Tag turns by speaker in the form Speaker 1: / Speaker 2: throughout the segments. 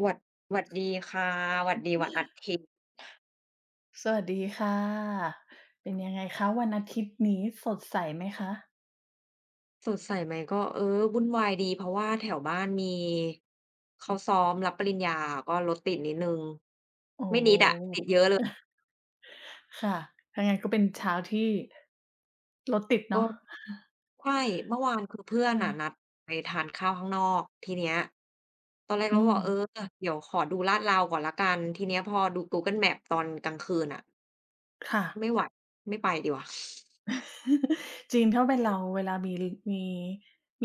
Speaker 1: หวัดหวัดดีค่ะหวัดดีวันอาทิตย์
Speaker 2: สวัสดีค่ะ เป็นยังไงคะวันอาทิตย์นี้สดใสไหมคะ
Speaker 1: สดใสไหมก็วุ่นวายดีเพราะว่าแถวบ้านมีเขาซ้อมรับปริญญาก็รถติดนิดหนึ่ง
Speaker 2: โอ้
Speaker 1: ไม่นิดอะติดเยอะเลย
Speaker 2: ค่ะถ้างั้นก็เป็นเช้าที่รถติด
Speaker 1: ก็
Speaker 2: เนาะ
Speaker 1: ใช่เมื่อวานคือเพื่อน
Speaker 2: ค่ะ
Speaker 1: อะนัดไปทานข้าวข้างนอกทีเนี้ยตอนแรก
Speaker 2: อื
Speaker 1: เราก็บอ
Speaker 2: ม
Speaker 1: กเดี๋ยวขอดูลาดเราก่อนแล้วกันทีเนี้ยพอดู Google Maps ตอนกลางคืนอะ
Speaker 2: ค่ะ
Speaker 1: ไม่ไหวไม่ไปดีกว่า
Speaker 2: จริงถ้าเป็นเราเวลามี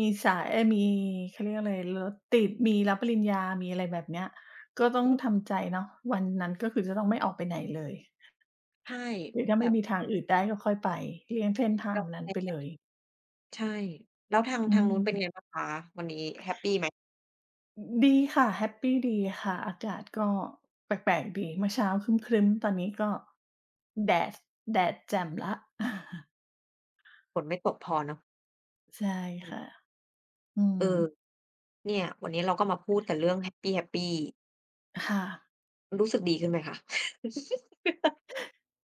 Speaker 2: มีสายเอ๊ยมีเขาเรียกอะไรรถติดมีรับปริญญามีอะไรแบบเนี้ยก็ต้อง
Speaker 1: อืม
Speaker 2: ทำใจเนาะวันนั้นก็คือจะต้องไม่ออกไปไหนเลย
Speaker 1: ใช่
Speaker 2: หรือถ้า
Speaker 1: แบ
Speaker 2: ไม่
Speaker 1: บ
Speaker 2: มีทางอื่นได้ก็ค่อยไปเลี่ยงเส้นทา
Speaker 1: ย
Speaker 2: ง
Speaker 1: อม
Speaker 2: นั้นไป
Speaker 1: แพ้
Speaker 2: เลย
Speaker 1: ใช่แล้วทาง
Speaker 2: อื
Speaker 1: ทางนู้นเป็นไง
Speaker 2: ม
Speaker 1: บ้างคะวันนี้แฮปปีไหม
Speaker 2: ดีค่ะแฮปปีดีค่ะอากาศก็แปลกๆดีเมื่อเช้าครึ้มๆตอนนี้ก็แดดแดดแจ่มแล้ว
Speaker 1: ฝนไม่ตกพอเนาะ
Speaker 2: ใช่
Speaker 1: อื
Speaker 2: ค่ะ
Speaker 1: ม
Speaker 2: อื
Speaker 1: เอ
Speaker 2: ม
Speaker 1: อเนี่ยวันนี้เราก็มาพูดกันเรื่องแฮปปีแฮปปี
Speaker 2: ค่ะ
Speaker 1: รู้สึกดีขึ้นไหมคะ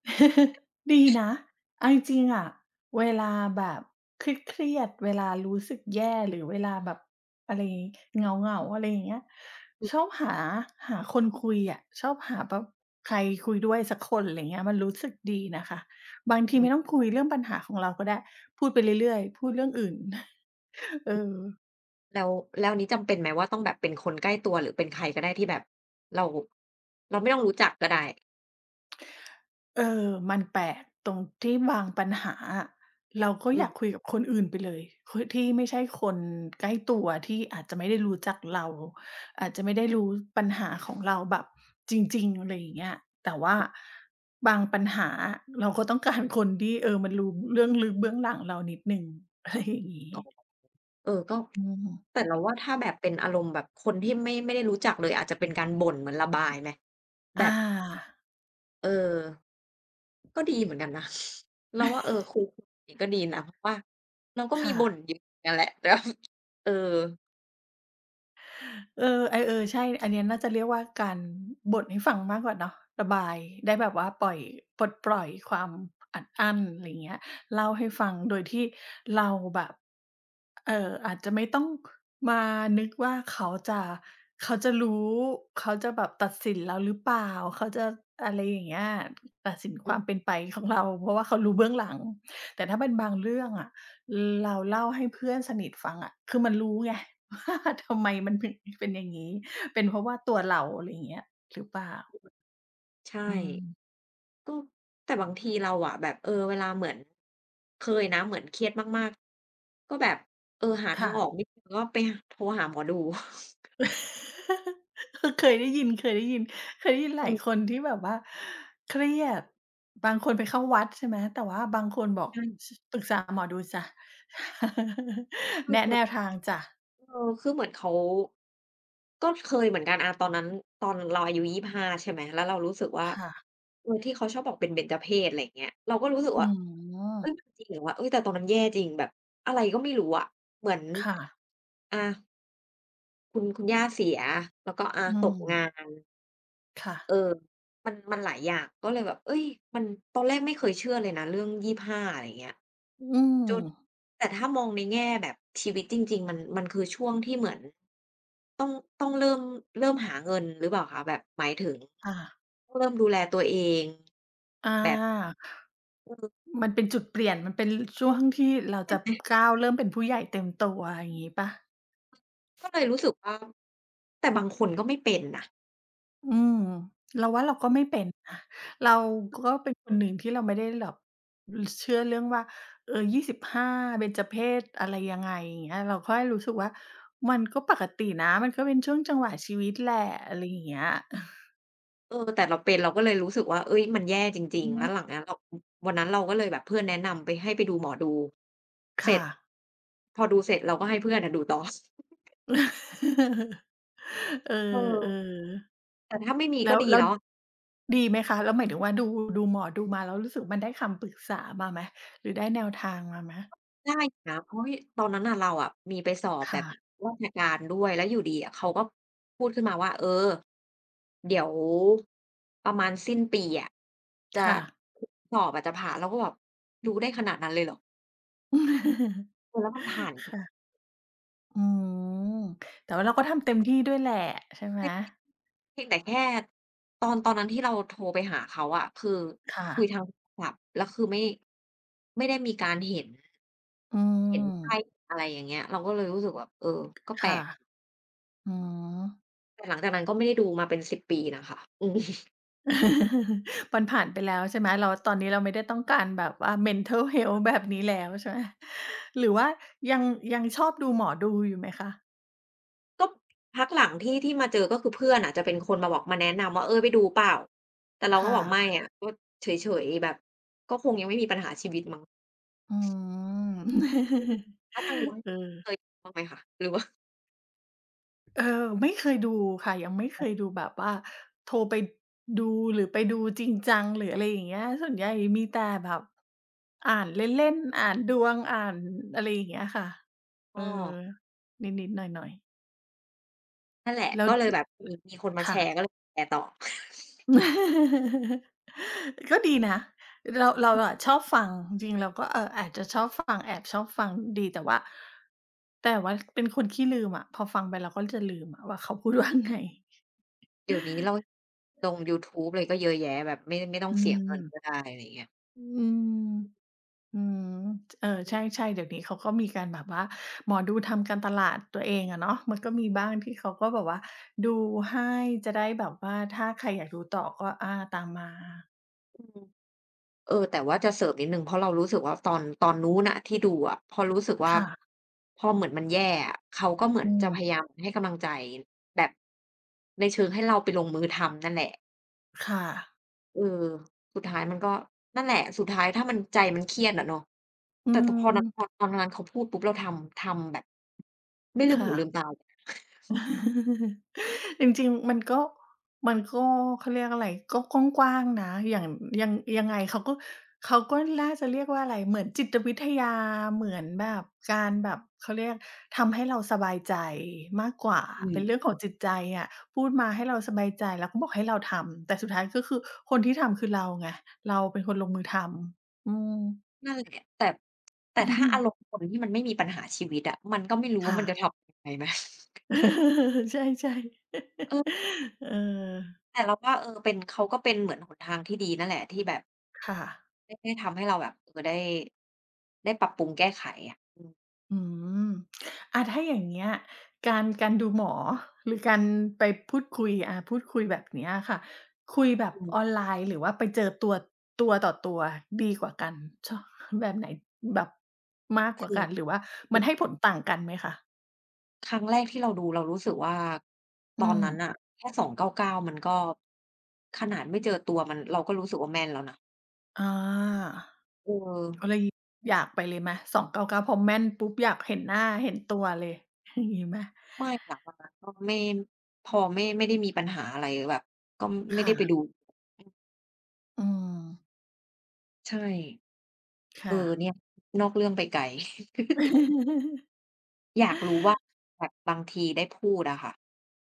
Speaker 2: ดีนะเอาจริงๆอะเวลาแบบเครียดๆเวลารู้สึกแย่หรือเวลาแบบอะไรเหงาๆอะไรอย่างเงี้ย
Speaker 1: อืม
Speaker 2: ชอบหาหาคนคุยอะชอบหาแบบใครคุยด้วยสักคนอะไรเงี้ยมันรู้สึกดีนะคะบางที
Speaker 1: อื
Speaker 2: ไม่
Speaker 1: ม
Speaker 2: ต้องคุยเรื่องปัญหาของเราก็ได้พูดไปเรื่อยๆพูดเรื่องอื่น เอ
Speaker 1: อืม
Speaker 2: อ
Speaker 1: แล้วแล้วอันนี้จำเป็นไหมว่าต้องแบบเป็นคนใกล้ตัวหรือเป็นใครก็ได้ที่แบบเราเราไม่ต้องรู้จักก็ได้
Speaker 2: เออมันแปลกตรงที่บางปัญหาอะเราก็
Speaker 1: อื
Speaker 2: อยากคุย
Speaker 1: ม
Speaker 2: กับคนอื่นไปเลยคนที่ไม่ใช่คนใกล้ตัวที่อาจจะไม่ได้รู้จักเราอาจจะไม่ได้รู้ปัญหาของเราแบบจริงๆอะไรอย่างเงี้ยแต่ว่า
Speaker 1: อืม
Speaker 2: บางปัญหาอะเราก็ต้องการคนที่มันรู้เรื่องลึกเบื้องหลังเรานิดหนึ่งอะไรอย่างงี้
Speaker 1: อ๋อก็
Speaker 2: อืม
Speaker 1: แต่เราว่าถ้าแบบเป็นอารมณ์แบบคนที่ไม่ได้รู้จักเลยอาจจะเป็นการบ่นเหมือนระบายไหมแบ
Speaker 2: อา
Speaker 1: บเออ ก็ดีเหมือนกันนะ เราว่าคุยนี่างงี้ก็ดีนะเพราะว่าเราก็มีบ่น
Speaker 2: ค่ะ
Speaker 1: เยอะเหมือนกันแหละ แต่ว่าเออ
Speaker 2: เออไอใช่ อันเนี้ยน่าจะเรียกว่าการบ่นให้ฟังมากกว่าเนาะระบายได้แบบว่าปล่อยปลดปล่อยความอัดอั้นอะไรอย่างเงี้ยเล่าให้ฟังโดยที่เราแบบอาจจะไม่ต้องมานึกว่าเขาจะเขาจะรู้เขาจะแบบตัดสินเราหรือเปล่าเขาจะอะไรอย่างเงี้ยตัดสินค
Speaker 1: อื
Speaker 2: วามเป็น
Speaker 1: ม
Speaker 2: ไปของเราเพราะว่าเขารู้เบื้องหลังแต่ถ้าเป็นบางเรื่องอะ เราเล่าให้เพื่อนสนิทฟังอะคือมันรู้ไง ว่าทำไมมันถึงเป็นอย่างงี้ เป็นเพราะว่าตัวเราอะไรอย่างเงี้ยหรือเปล่า
Speaker 1: ใช่
Speaker 2: อืม
Speaker 1: ก็แต่บางทีเราอะแบบเวลาเหมือนเคยนะเหมือนเครียดมากๆก็แบบหาทา
Speaker 2: ค่ะ
Speaker 1: งออกไม่เจอก็ไปหโทรหาหมอดู
Speaker 2: เออเคยได้ยินหลายค
Speaker 1: เออ
Speaker 2: นที่แบบว่าเครียดบางคนไปเข้าวัดใช่ไหม แต่ว่าบางคนบอก
Speaker 1: ใช่
Speaker 2: ชปรึกษาหมอดูจ้ะ
Speaker 1: คื
Speaker 2: แนะแนว
Speaker 1: อ
Speaker 2: ทางจ้ะ
Speaker 1: คือเหมือนเขาก็เคยเหมือนกันอาตอนนั้นตอนเราอายุ25ใช่ไหมแล้วเรารู้สึกว่า
Speaker 2: ค่ะ
Speaker 1: ที่เขาชอบบอกเป็นเบญจเพสอะไรอย่างเงี้ยเราก็รู้สึก
Speaker 2: อื
Speaker 1: ว่าเฮ้ยมัน
Speaker 2: ม
Speaker 1: จริงเหรอวะเฮ้ยแต่ตอนนั้นแย่จริงแบบอะไรก็ไม่รู้อะเหมือน
Speaker 2: ค่ะ
Speaker 1: อาคุณย่าเสียแล้วก็อา
Speaker 2: อื
Speaker 1: ตกงา
Speaker 2: ม
Speaker 1: น
Speaker 2: ค่ะ
Speaker 1: เออมันหลายอย่างก็เลยแบบเฮ้ยมันตอนแรกไม่เคยเชื่อเลยนะเรื่อง25อะไรอย่างเงี้ย
Speaker 2: อื
Speaker 1: จน
Speaker 2: ม
Speaker 1: แต่ถ้ามองในแง่แบบชีวิตจริงๆมันคือช่วงที่เหมือนต้องต้องเริ่มเริ่มหาเงินหรือเปล่าคะแบบหมายถึง
Speaker 2: ค่ะ
Speaker 1: ต้องเริ่มดูแลตัวเอง
Speaker 2: อ
Speaker 1: แบบ
Speaker 2: า
Speaker 1: เออ
Speaker 2: มันเป็นจุดเปลี่ยนมันเป็นช่วงที่เรา
Speaker 1: ใช่
Speaker 2: จะ
Speaker 1: ไหม
Speaker 2: ก้าวเริ่มเป็นผู้ใหญ่เต็มตัวอย่างงี้เปล่า
Speaker 1: ก็เลยรู้สึกว่าแต่บางคนก็ไม่เป็นนะ
Speaker 2: อืมเราว่าเราก็ไม่เป็น นะเราก็เป็นคนหนึ่งที่เราไม่ได้แบบอือเชื่อเรื่องว่าเออ25เบญจเพสอะไรยังไงอย่างเงี้ยเราก็ใหรู้สึกว่ามันก็ปกตินะมันก็เป็นช่วงจังหวะชีวิตแหละอะไรอย่างเงี้ย
Speaker 1: แต่เราเป็นเราก็เลยรู้สึกว่าเฮ้ยมันแย่จริง
Speaker 2: อื
Speaker 1: ๆแล้ว
Speaker 2: อ
Speaker 1: หลังนั้นเราอวันนั้นเราก็เลยแบบเพื่อนแนะนำไปให้ไปดูหมอดูเสร็จ
Speaker 2: ค่ะ
Speaker 1: พอดูเสร็จเราก็ให้เพื่อนอะดูต่อ
Speaker 2: เอ
Speaker 1: เออ
Speaker 2: อๆ
Speaker 1: แต่ถ้าไม่มี
Speaker 2: แล้
Speaker 1: ก็
Speaker 2: ว
Speaker 1: ดี
Speaker 2: แล้ว
Speaker 1: แล้ว
Speaker 2: ดีไหมคะแล้วหมายถึงว่าดูดูหมอดูมาแล้วรู้สึกมันได้คำปรึกษามาไหมหรือได้แนวทางมาไหม
Speaker 1: ได้อยู่นะเพราะที่ตอนนั้นน่ะเราอะมีไปสอบแบบ
Speaker 2: ค่ะ
Speaker 1: ราชการด้วยแล้วอยู่ดีอะเขาก็พูดขึ้นมาว่าเดี๋ยวประมาณสิ้นปีอะจะ
Speaker 2: ค่ะ
Speaker 1: สอบอะจะผ่านเราก็แบบรู้ได้ขนาดนั้นเลยเหรอแล้วมันผ่า น
Speaker 2: ค่ะอืมแต่ว่าเราก็ทำเต็มที่ด้วยแหละใช่ไหม
Speaker 1: ได้เพียงแต่แค่ตอนนั้นที่เราโทรไปหาเขาอะคือ
Speaker 2: ค่ะ
Speaker 1: คุยทางโทรศัพท์แล้วคือไม่ได้มีการเห็น
Speaker 2: อื
Speaker 1: เห็นไพ่
Speaker 2: ม
Speaker 1: อะไรอย่างเงี้ยเราก็เลยรู้สึกแบบก็แปล
Speaker 2: ค่ะ
Speaker 1: ก
Speaker 2: อืม
Speaker 1: แต่หลังจากนั้นก็ไม่ได้ดูมาเป็นสิบปีนะคะอืม
Speaker 2: มันผ่านไปแล้วใช่ไหมเราตอนนี้เราไม่ได้ต้องการแบบว่า mental health แบบนี้แล้วใช่ไหมหรือว่ายังยังชอบดูหมอดูอยู่ไหมคะ
Speaker 1: ก็พักหลังที่มาเจอก็คือเพื่อนอะจะเป็นคนมาบอกมาแนะนำว่าไปดูเปล่าแต่เราก็
Speaker 2: ค่ะ
Speaker 1: บอกไม่อะก็เฉยๆแบบก็คงยังไม่มีปัญหาชีวิตมั้ง
Speaker 2: อืม
Speaker 1: อืม แล้วทางนู้น
Speaker 2: เออ
Speaker 1: เคยบ้างไหมคะหรือว่า
Speaker 2: เออไม่เคยดูค่ะยังไม่เคยดูแบบว่าโทรไปดูหรือไปดูจริงจังหรืออะไรอย่างเงี้ยส่วนใหญ่มีแต่แบบอ่านเล่นๆอ่านดวงอ่านอะไรอย่างเงี้ยค่ะเอ
Speaker 1: ก็
Speaker 2: อนิดๆหน่อย
Speaker 1: นั่นแหละ
Speaker 2: ๆแล้ว
Speaker 1: ก็เลยแบบมีคนมาแช
Speaker 2: ค่ะ
Speaker 1: ร์ก็เลยแชร์ต่อ
Speaker 2: ก็ดีนะเราเราอะชอบฟังจริงๆเราก็เอออาจจะชอบฟังแอบชอบฟังดีแต่ว่าแต่ว่าเป็นคนขี้ลืมอะพอฟังไปเราก็จะลืมอะว่าเขาพูดว่าไง
Speaker 1: เดี๋ยวนี้ เราลงยูทูบอะไรก็เยอะแยะแบบไม่ต้อง
Speaker 2: อื
Speaker 1: เสียเงิน
Speaker 2: ม
Speaker 1: ก็ได้อะไรอย่างเงี้ย
Speaker 2: อืมอืมเออใช่ๆเดี๋ยวนี้เขาก็มีการแบบว่าหมอดูทำการตลาดตัวเองอะเนาะมันก็มีบ้างที่เขาก็แบบว่าดูให้จะได้แบบว่าถ้าใครอยากดูต่อก็อาตามมา
Speaker 1: อืม แต่ว่าจะเสริมนิดหนึ่งเพราะเรารู้สึกว่าตอนนู้นน่ะที่ดูอะพอรู้สึกว่า
Speaker 2: ค่ะ
Speaker 1: พอเหมือนมันแย่อะเขาก็เหมือน
Speaker 2: อื
Speaker 1: จะ
Speaker 2: ม
Speaker 1: พยายามให้กำลังใจแบบในเชิงให้เราไปลงมือทำนั่นแหละ
Speaker 2: ค่ะ
Speaker 1: เออสุดท้ายมันก็นั่นแหละสุดท้ายถ้ามันใจมันเครียดอะเนาะ
Speaker 2: อื
Speaker 1: แต่แต่พอนพอ
Speaker 2: ม
Speaker 1: ตอนนั้นเขาพูดปุ๊บเราทำแบบไม่ลืมหู
Speaker 2: ค่ะ
Speaker 1: ลืมตา
Speaker 2: จริงๆมันก็มันก็เขาเรียกอะไรก็กว้างๆนะอย่างยังยังไงเขาก็เขาก็น่าจะเรียกว่าอะไรเหมือนจิตวิทยาเหมือนแบบการแบบเขาเรียกทำให้เราสบายใจมากกว่า
Speaker 1: อื
Speaker 2: เป็นเรื่อ
Speaker 1: ม
Speaker 2: งของจิตใจอะพูดมาให้เราสบายใจแล้วก็บอกให้เราทำแต่สุดท้ายก็คือคนที่ทำคือเราไงเราเป็นคนลงมือทำอืม
Speaker 1: นั่นแหละแต่แต่ถ้าอารมณ์ คนที่มันไม่มีปัญหาชีวิตอะมันก็ไม่รู้ว่า
Speaker 2: ค่ะ
Speaker 1: มันจะทำยังไงนะ
Speaker 2: ใช่ๆ
Speaker 1: เออ
Speaker 2: เออ
Speaker 1: แต่เราว่าเป็นเขาก็เป็นเหมือนหนทางที่ดีนั่นแหละที่แบบ
Speaker 2: ค่ะ
Speaker 1: ได้ทำให้เราแบบได้ได้ปรับปรุงแก้ไขอะอืม
Speaker 2: อืมอาถ้าอย่างเงี้ยการการดูหมอหรือการไปพูดคุยอาพูดคุยแบบเนี้ยค่ะคุยแบบ
Speaker 1: อื
Speaker 2: ออน
Speaker 1: ม
Speaker 2: ไลน์หรือว่าไปเจอตัวตัวต่อตัวดีกว่ากันช แบบไหนแบบมากกว่า
Speaker 1: คือ
Speaker 2: กันหรือว่า
Speaker 1: คื
Speaker 2: มั
Speaker 1: อ
Speaker 2: นให้ผลต่างกันไหมคะ
Speaker 1: ครั้งแรกที่เราดูเรารู้สึกว่าต
Speaker 2: อื
Speaker 1: อน
Speaker 2: ม
Speaker 1: นั้นน่ะแค่299มันก็ขนาดไม่เจอตัวมันเราก็รู้สึกว่าแม่นแล้วนะ
Speaker 2: อา
Speaker 1: เออ
Speaker 2: ก็เลยอยากไปเลยไหม299พอแม่นปุ๊บอยากเห็นหน้าเห็นตัวเลย อย่างงี้ไหม
Speaker 1: ไม่หลังจากนั้นก็ไม่พอไม่ได้มีปัญหาอะไรแบบก็ไม่
Speaker 2: ค่ะ
Speaker 1: ได้ไปดู
Speaker 2: อืม
Speaker 1: ใช่
Speaker 2: ค่ะ
Speaker 1: เนี่ยนอกเรื่องไปไกล อยากรู้ว่าแบบบางทีได้พูดอะค่ะ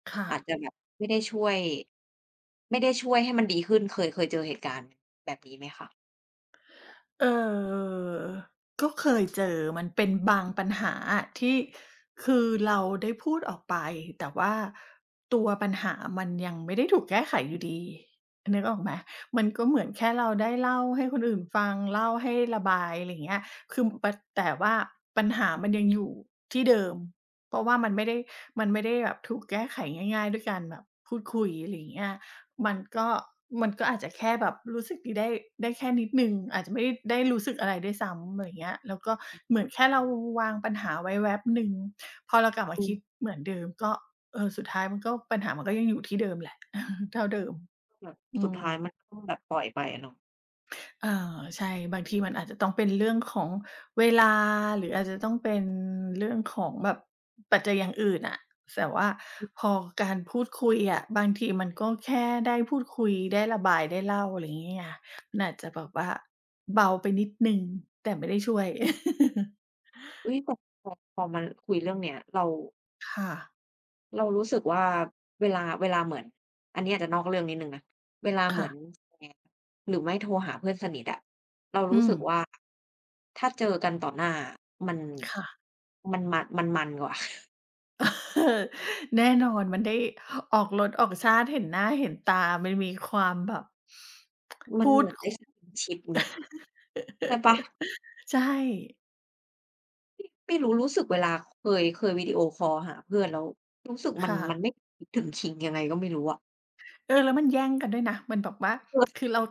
Speaker 2: ค่ะ
Speaker 1: อาจจะแบบไม่ได้ช่วยไม่ได้ช่วยให้มันดีขึ้นเคยเจอเหตุการณ์แบบนี้ไหมคะ
Speaker 2: เอ่อก็เคยเจอมันเป็นบางปัญหาอะที่คือเราได้พูดออกไปแต่ว่าตัวปัญหามันยังไม่ได้ถูกแก้ไขอยู่ดีนึกออกไหมมันก็เหมือนแค่เราได้เล่าให้คนอื่นฟังเล่าให้ระบายอะไรอย่างเงี้ยคือปแต่ว่าปัญหามันยังอยู่ที่เดิมเพราะว่ามันไม่ได้แบบถูกแก้ไขง่ายๆด้วยการแบบพูดคุยอะไรอย่างเงี้ย มันก็มันก็อาจจะแค่แบบรู้สึกดีได้แค่นิดหนึ่งอาจจะไม่ได้รู้สึกอะไรด้วยซ้ำอะไรอย่างเงี้ยแล้วก็เหมือนแค่เราวางปัญหาไว้แว็บหนึ่งพอเรากลับมา
Speaker 1: อืม
Speaker 2: คิดเหมือนเดิมก็เออสุดท้ายมันก็ปัญหามันก็ยังอยู่ที่เดิมแหละ เท่าเดิม
Speaker 1: แบบ
Speaker 2: อื
Speaker 1: สุด
Speaker 2: ม
Speaker 1: ท้ายมันก็ต้องแบบปล่อยไปอะเนาะ
Speaker 2: เอาใช่บางทีมันอาจจะต้องเป็นเรื่องของเวลาหรืออาจจะต้องเป็นเรื่องของแบบปัจจัยอย่างอื่นอะแต่ว่าพอการพูดคุยอะบางทีมันก็แค่ได้พูดคุยได้ระบายได้เล่าอะไรอย่างงี้ไงมันอาจจะแบบว่าเบาไปนิดหนึ่งแต่ไม่ได้ช่วย
Speaker 1: อุ๊ยแต่พอมาคุยเรื่องเนี้ยเรา
Speaker 2: ค่ะ
Speaker 1: เรารู้สึกว่าเวลาเหมือนอันนี้อาจจะนอกเรื่องนิดหนึ่งนะเวลาเหมื
Speaker 2: ค่ะ
Speaker 1: อนแฟนหรือไม่โทรหาเพื่อนสนิทอะเรา
Speaker 2: อื
Speaker 1: รู้
Speaker 2: ม
Speaker 1: สึกว่าถ้าเจอกันต่อหน้ามัน
Speaker 2: ค่ะ
Speaker 1: มันมันกว่า
Speaker 2: แน่นอนมันได้ออกรสออกชาติเห็นหน้าเห็นตามันมีความแบบ
Speaker 1: มัน
Speaker 2: พู
Speaker 1: เห
Speaker 2: ด
Speaker 1: มือนได้
Speaker 2: คุ
Speaker 1: ส
Speaker 2: ย
Speaker 1: กินชิปเนาะใช่เปล่า
Speaker 2: ใช่
Speaker 1: ไม่รู้รู้สึกเวลาเคยวิดีโอคอลหาเพื่อนแล้วรู้สึกมัน
Speaker 2: ค่ะ
Speaker 1: มันไม่คิดถึงคิงยังไงก็ไม่รู้อะ
Speaker 2: เออแล้วมันแย่งกันด้วยนะมันแบบว่า
Speaker 1: เออ
Speaker 2: คือเรา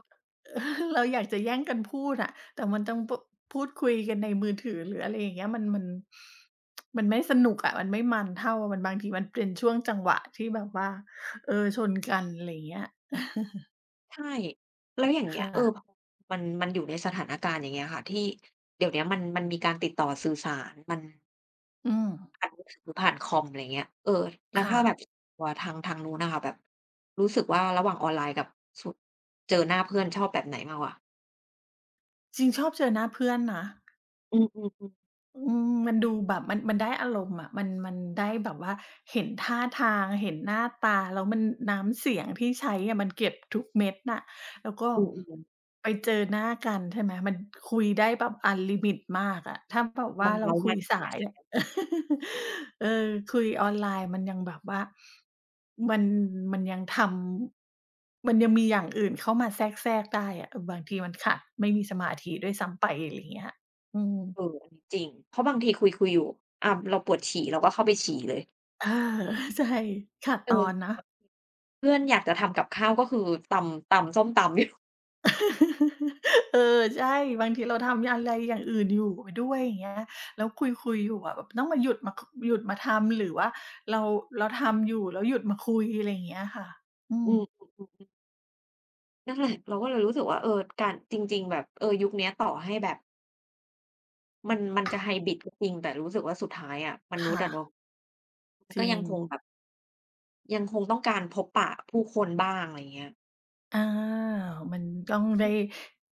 Speaker 2: เออเราอยากจะแย่งกันพูดอะแต่มันต้องปพูดคุยกันในมือถือหรืออะไรอย่างเงี้ยมันมันไม่สนุกอะมันไม่มันเท่ามันบางทีมันเป็นช่วงจังหวะที่แบบว่าเออชนกันอะไรอย่างเงี้ย
Speaker 1: ใช่แล้วอย่าง เงี้ยเออ
Speaker 2: ค่ะ
Speaker 1: พอมันอยู่ในสถานการณ์อย่างเงี้ยค่ะที่เดี๋ยวเนี้ยมันมีการติดต่อสื่อสารมัน
Speaker 2: อืม
Speaker 1: ผ่านมือถือผ่านคอมอะไรอย่างเงี้ยเออแล้ว
Speaker 2: ค่ะ
Speaker 1: ถ้าแบบตัวทางนู้นน่ะค่ะแบบรู้สึกว่าระหว่างออนไลน์กับสุเจอหน้าเพื่อนชอบแบบไหนมากกว่า
Speaker 2: จริงชอบเจอหน้าเพื่อนนะ
Speaker 1: อือๆ
Speaker 2: อืมมันดูแบบมันได้อารมณ์อะมันได้แบบว่าเห็นท่าทางเห็นหน้าตาแล้วมันน้ำเสียงที่ใช้อะมันเก็บทุกเม็ดน่ะแล้วก็
Speaker 1: ๆอือ
Speaker 2: ไปเจอหน้ากันใช่ไหมมันคุยได้แบบอันลิมิตมากอะถ้าแบบ
Speaker 1: ๆมั
Speaker 2: ว่า
Speaker 1: น
Speaker 2: เรา
Speaker 1: เร้า
Speaker 2: คุ
Speaker 1: มั
Speaker 2: ย
Speaker 1: นกว่า
Speaker 2: สายอะ เออคุยออนไลน์มันยังแบบว่ามันมันยังทำมันยังมีอย่างอื่นเข้ามาแทรกๆได้อะเออบางทีมันขาดไม่มีสมาธิด้วยซ้ำไปอะไรอย่างเงี้ยอืม
Speaker 1: เอออันนี้จริงเพราะบางทีคุยอยู่เราปวดฉี่เราก็เข้าไปฉี่เลย
Speaker 2: เอา ใช่ขาดตอนนะ
Speaker 1: เออเพื่อนอยากจะทำกับข้าวก็คือตำส้มตำอยู่
Speaker 2: เออใช่บางทีเราทำอะไรอย่างอื่นอยู่ไปด้วยอย่างเงี้ยแล้วคุยๆอยู่อะแบบต้องมาหยุดมาคหยุดมาทำหรือว่าเราเราทำอยู่แล้วหยุดมาคุยอะไรอย่างเงี้ยค่ะอื
Speaker 1: อื
Speaker 2: ม
Speaker 1: มนั่นแหละเราก็เลยรู้สึกว่าเออการจริงๆแบบเออยุคเนี้ยต่อให้แบบมันจะไฮบริดก็จริงแต่รู้สึกว่าสุดท้ายอะมนุษย์
Speaker 2: ค่ะ
Speaker 1: อะเนาะมัน
Speaker 2: จ
Speaker 1: ก็
Speaker 2: ริ
Speaker 1: ยัง
Speaker 2: ง
Speaker 1: คงแบบยังคงต้องการพบปะผู้คนบ้างอะไรอย่างเงี้ย
Speaker 2: อามันต้อง
Speaker 1: อื
Speaker 2: ได้
Speaker 1: ม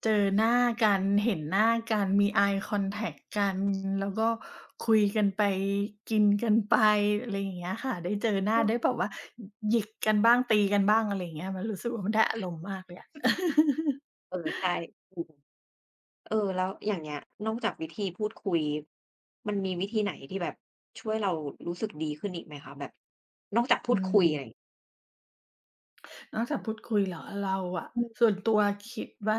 Speaker 2: เจอหน้ากันเห็นหน้ากันมี Eye Contact กันแล้วก็คุยกันไปกินกันไปอะไรอย่างเงี้ยค่ะได้เจอหน้า
Speaker 1: ก็
Speaker 2: ได้แบบว่าหยิกกันบ้างตีกันบ้างอะไรอย่างเงี้ยมันรู้สึกว่ามันได้อารมณ์มากเลยอะ
Speaker 1: เออใช่จริง เออแล้วอย่างเงี้ยนอกจากวิธีพูดคุยมันมีวิธีไหนที่แบบช่วยเรารู้สึกดีขึ้นอีกไหมคะแบบนอกจากพูด
Speaker 2: อื
Speaker 1: คุยอะไรอ่
Speaker 2: ม นอกจากพูดคุยเหรอเราอะ
Speaker 1: อืม
Speaker 2: ส่วนตัวคิดว่า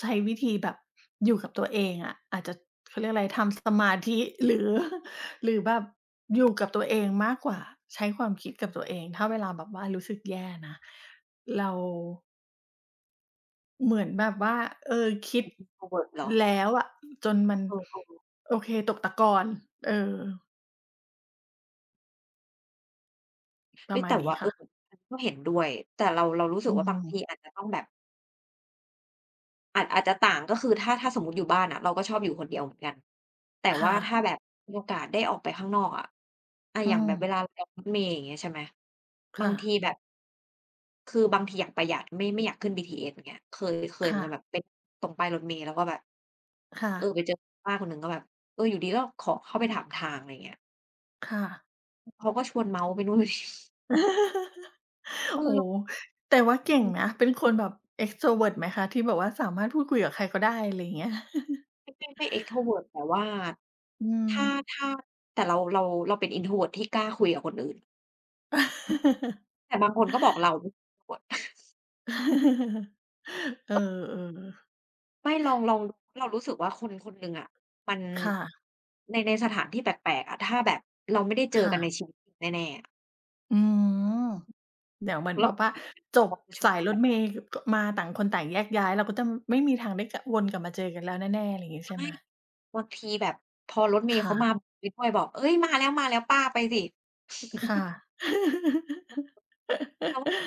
Speaker 2: ใช้วิธีแบบอยู่กับตัวเองอะอาจจะเขาเรียกอะไรทำสมาธิหรือ หรือแบบอยู่กับตัวเองมากกว่าใช้ความคิดกับตัวเองถ้าเวลาแบบว่ารู้สึกแย่นะเราเหมือนแบบว่าเออคิด
Speaker 1: introvert เหรอ
Speaker 2: แล้วอะจนมัน
Speaker 1: เออ
Speaker 2: โอเคตกตะกอนเออ
Speaker 1: ๆ
Speaker 2: ป
Speaker 1: เฮ้
Speaker 2: ระ
Speaker 1: ย
Speaker 2: มา
Speaker 1: แต่
Speaker 2: ณนี้
Speaker 1: ว่าเอ
Speaker 2: ค่ะ
Speaker 1: ออันนี้ก็เห็นด้วยแต่เรารู้สึก
Speaker 2: อื
Speaker 1: ว่าบาง
Speaker 2: ม
Speaker 1: ทีอาจจะต้องแบบ อาจจะต่างก็คือถ้าสมมุติอยู่บ้านอะเราก็ชอบอยู่คนเดียวเหมือนกันแต่ว่า
Speaker 2: ค่ะ
Speaker 1: ถ้าแบบมีโอกาสได้ออกไปข้างนอกอะอ
Speaker 2: อื
Speaker 1: ย่างแบ
Speaker 2: ม
Speaker 1: บเวลาเรานั่งรถเมล์อย่างเงี้ยใช่ไหมบาง
Speaker 2: ค่ะ
Speaker 1: ทีแบบคือบางทีอยากประหยัดไม่อยากขึ้นบีทีเอสย่างเงี้ยเคยเหมือน
Speaker 2: ค่ะ
Speaker 1: กันแบบไปตรงป้ายรถเมล์แล้วก็แบบ
Speaker 2: ค่ะ
Speaker 1: เออไปเจอป้าคนหนึ่งก็แบบเอออยู่ดีก็ขอเข้าไปถามทางอะไรอย่างเงี้ย
Speaker 2: ค่ะ
Speaker 1: เขาก็ชวนเมาไปนู่นไปนี่ เออ
Speaker 2: โอ้โฮ
Speaker 1: เรา
Speaker 2: แต่ว่าเก่งนะ
Speaker 1: เออ
Speaker 2: เป็นคนแบบ extrovert ไหมคะที่แบบว่าสามารถพูดคุยกับใครก็ได้อะไรอย่างเงี้ย
Speaker 1: ไม่ extrovert แต่ว่า
Speaker 2: อืม
Speaker 1: ถ้าถ้าแต่เราเป็น introvert ที่กล้าคุยกับคนอื่น แต่บางคนก็บอกเรา
Speaker 2: เออๆ
Speaker 1: ไม่ ลองเรารู้สึกว่าคนคนหนึ่งอะมัน
Speaker 2: ค่ะ
Speaker 1: ในในสถานที่แปลกๆอะถ้าแบบเราไม่ได้เจอ
Speaker 2: ค่ะ
Speaker 1: กันในชีวิตจริงแน่ๆอะ
Speaker 2: อืมเดี๋ยวเหมือนแบ
Speaker 1: เรา
Speaker 2: บว่าจ
Speaker 1: พ
Speaker 2: บ
Speaker 1: อประชุม
Speaker 2: สายร
Speaker 1: แบ
Speaker 2: ถ
Speaker 1: บ
Speaker 2: เมล์กมาต่างคนต่างแยกย้ายเราก็จะไม่มีทางได้กะวนกลับมาเจอกันแล้วแน่ๆอะไรอย่างงี้ใช่
Speaker 1: ใช่
Speaker 2: ไหม
Speaker 1: บางทีแบบพอรถเมล์เขามา
Speaker 2: ค่ะ
Speaker 1: ไปด้วยบอกเอ้ยมาแล้วมาแล้วป้าไปสิ
Speaker 2: ค่ะ
Speaker 1: เรา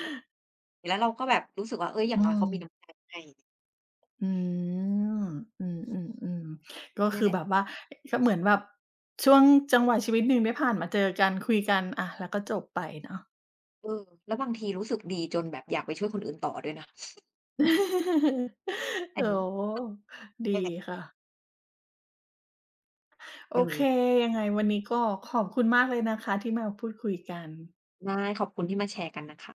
Speaker 1: เห็นแล้วเราก็แบบรู้สึกว่าเอ้ยอย่าง
Speaker 2: อื
Speaker 1: น้อยเขามีน้ำ
Speaker 2: ม
Speaker 1: ใจให้
Speaker 2: อืมอืมอืมอืมก็
Speaker 1: เนี่ย
Speaker 2: คือ
Speaker 1: แหละ
Speaker 2: แบบว่าก็เหมือนแบบช่วงจังหวะชีวิตหนึ่งได้ผ่านมาเจอกันคุยกันอะแล้วก็จบไปเนาะ
Speaker 1: เออแล้วบางทีรู้สึกดีจนแบบอยากไปช่วยคนอื่นต่อด้วยนะ อัน
Speaker 2: โอ้
Speaker 1: นี้
Speaker 2: โฮดี
Speaker 1: ใช่
Speaker 2: ค่ะ
Speaker 1: เอ
Speaker 2: โอเค
Speaker 1: อ
Speaker 2: ยังไงวันนี้ก็ขอบคุณมากเลยนะคะที่มาพูดคุยกัน
Speaker 1: ได้ขอบคุณที่มาแชร์กันนะคะ